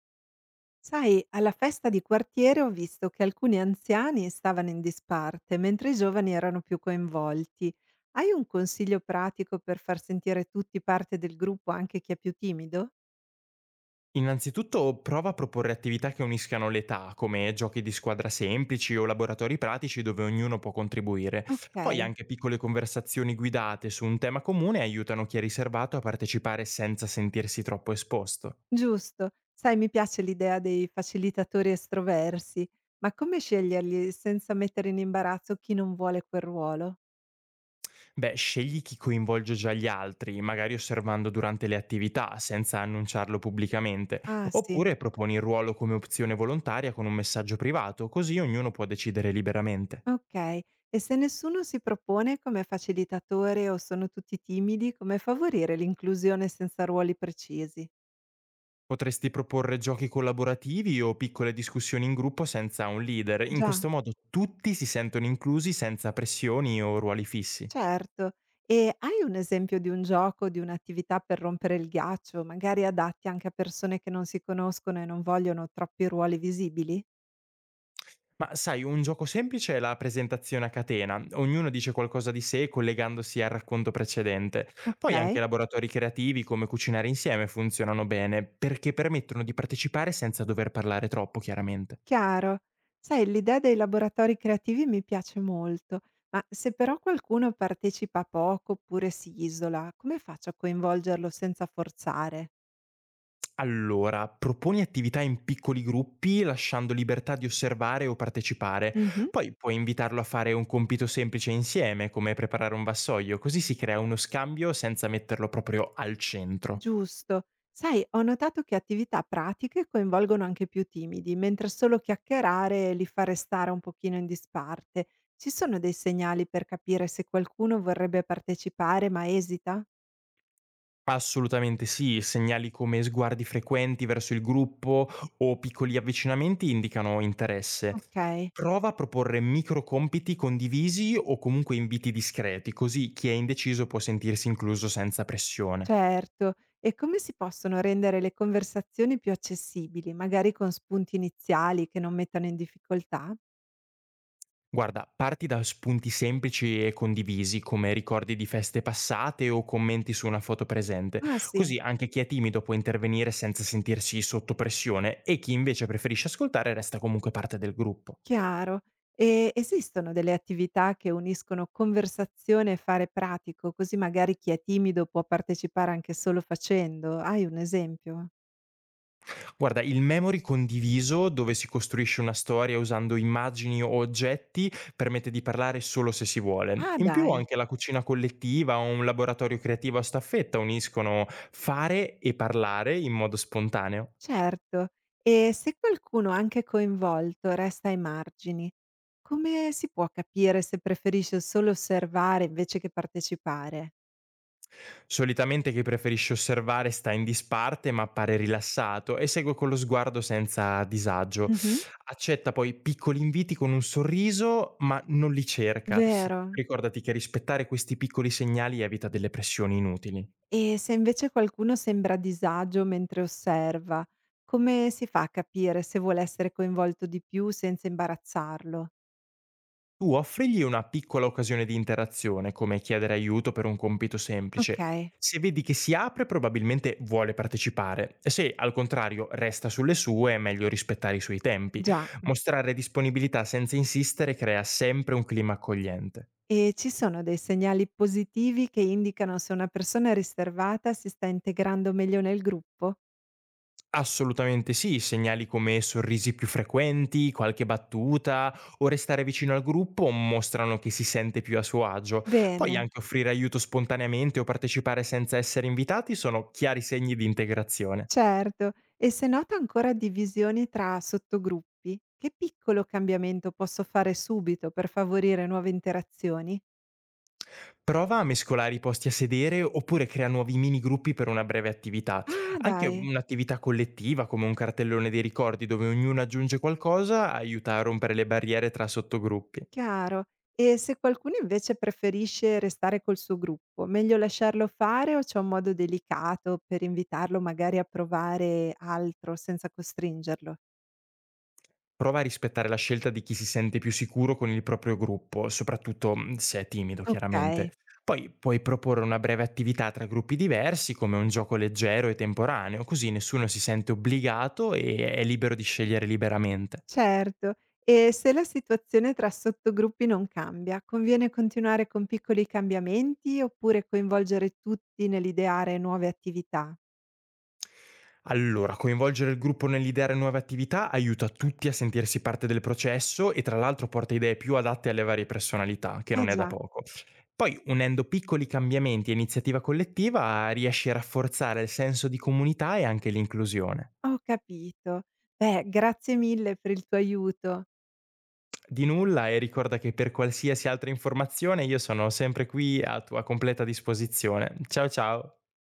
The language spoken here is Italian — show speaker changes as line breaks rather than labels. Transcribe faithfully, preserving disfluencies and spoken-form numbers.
Sai, alla festa di quartiere ho visto che alcuni anziani stavano in disparte, mentre i giovani erano più coinvolti. Hai un consiglio pratico per far sentire tutti parte del gruppo, anche chi è più timido?
Innanzitutto prova a proporre attività che uniscano l'età, come giochi di squadra semplici o laboratori pratici dove ognuno può contribuire.
Ok,
Poi anche piccole conversazioni guidate su un tema comune aiutano chi è riservato a partecipare senza sentirsi troppo esposto.
giusto. Sai, mi piace l'idea dei facilitatori estroversi, ma come sceglierli senza mettere in imbarazzo chi non vuole quel ruolo?
Beh, scegli chi coinvolge già gli altri, magari osservando durante le attività, senza annunciarlo pubblicamente,
Ah, sì.
oppure proponi il ruolo come opzione volontaria con un messaggio privato, così ognuno può decidere liberamente.
Okay. E se nessuno si propone come facilitatore o sono tutti timidi, come favorire l'inclusione senza ruoli precisi?
Potresti proporre giochi collaborativi o piccole discussioni in gruppo senza un leader, in
Già.
questo modo tutti si sentono inclusi senza pressioni o ruoli fissi.
Certo. E hai un esempio di un gioco, di un'attività per rompere il ghiaccio, magari adatti anche a persone che non si conoscono e non vogliono troppi ruoli visibili?
Ma sai, un gioco semplice è la presentazione a catena, ognuno dice qualcosa di sé collegandosi al racconto precedente. Poi
Okay,
anche laboratori creativi come cucinare insieme funzionano bene, perché permettono di partecipare senza dover parlare troppo, chiaramente.
chiaro. Sai, l'idea dei laboratori creativi mi piace molto, ma se però qualcuno partecipa poco oppure si isola, come faccio a coinvolgerlo senza forzare?
Allora, proponi attività in piccoli gruppi, lasciando libertà di osservare o partecipare.
Mh-mh,
Poi puoi invitarlo a fare un compito semplice insieme, come preparare un vassoio, così si crea uno scambio senza metterlo proprio al centro.
giusto. Sai, ho notato che attività pratiche coinvolgono anche i più timidi, mentre solo chiacchierare li fa restare un pochino in disparte. Ci sono dei segnali per capire se qualcuno vorrebbe partecipare ma esita?
Assolutamente sì, segnali come sguardi frequenti verso il gruppo o piccoli avvicinamenti indicano interesse.
Okay,
Prova a proporre micro compiti condivisi o comunque inviti discreti, così chi è indeciso può sentirsi incluso senza pressione.
certo. E come si possono rendere le conversazioni più accessibili, magari con spunti iniziali che non mettano in difficoltà?
Guarda, parti da spunti semplici e condivisi, come ricordi di feste passate o commenti su una foto presente,
Ah, sì.
così anche chi è timido può intervenire senza sentirsi sotto pressione e chi invece preferisce ascoltare resta comunque parte del gruppo.
Chiaro. E esistono delle attività che uniscono conversazione e fare pratico, così magari chi è timido può partecipare anche solo facendo? Hai un esempio?
Guarda, il memory condiviso, dove si costruisce una storia usando immagini o oggetti, permette di parlare solo se si vuole.
Ah
In più
dai,
anche la cucina collettiva o un laboratorio creativo a staffetta uniscono fare e parlare in modo spontaneo.
certo. E se qualcuno anche coinvolto resta ai margini, come si può capire se preferisce solo osservare invece che partecipare?
Solitamente chi preferisce osservare sta in disparte ma appare rilassato e segue con lo sguardo senza disagio.
Mh-mh.
Accetta poi piccoli inviti con un sorriso ma non li cerca.
Vero.
Ricordati che rispettare questi piccoli segnali evita delle pressioni inutili.
E se invece qualcuno sembra a disagio mentre osserva, come si fa a capire se vuole essere coinvolto di più senza imbarazzarlo?
Tu offrigli una piccola occasione di interazione, come chiedere aiuto per un compito
Ok,
semplice. Se vedi che si apre, probabilmente vuole partecipare. E se, al contrario, resta sulle sue, è meglio rispettare i suoi tempi.
già.
Mostrare disponibilità senza insistere crea sempre un clima accogliente.
E ci sono dei segnali positivi che indicano se una persona riservata si sta integrando meglio nel gruppo?
Assolutamente sì, segnali come sorrisi più frequenti, qualche battuta o restare vicino al gruppo mostrano che si sente più a suo agio. Poi
Bene,
anche offrire aiuto spontaneamente o partecipare senza essere invitati sono chiari segni di integrazione.
certo. E se nota ancora divisioni tra sottogruppi, che piccolo cambiamento posso fare subito per favorire nuove interazioni?
Prova a mescolare i posti a sedere oppure crea nuovi mini gruppi per una breve attività.
Ah,
Anche
dai.
un'attività collettiva come un cartellone dei ricordi dove ognuno aggiunge qualcosa aiuta a rompere le barriere tra sottogruppi.
Chiaro. E se qualcuno invece preferisce restare col suo gruppo, meglio lasciarlo fare o c'è un modo delicato per invitarlo magari a provare altro senza costringerlo?
Prova a rispettare la scelta di chi si sente più sicuro con il proprio gruppo, soprattutto mm, se è timido,
Okay,
chiaramente. Poi puoi proporre una breve attività tra gruppi diversi, come un gioco leggero e temporaneo, così nessuno si sente obbligato e è libero di scegliere liberamente.
certo. E se la situazione tra sottogruppi non cambia, conviene continuare con piccoli cambiamenti oppure coinvolgere tutti nell'ideare nuove attività?
Allora, coinvolgere il gruppo nell'ideare nuove attività aiuta tutti a sentirsi parte del processo e tra l'altro porta idee più adatte alle varie personalità, che
Eh
non è da
già,
poco. Poi, unendo piccoli cambiamenti e iniziativa collettiva, riesci a rafforzare il senso di comunità e anche l'inclusione.
ho capito. Beh, grazie mille per il tuo aiuto.
Di nulla e ricorda che per qualsiasi altra informazione io sono sempre qui a tua completa disposizione. Ciao ciao!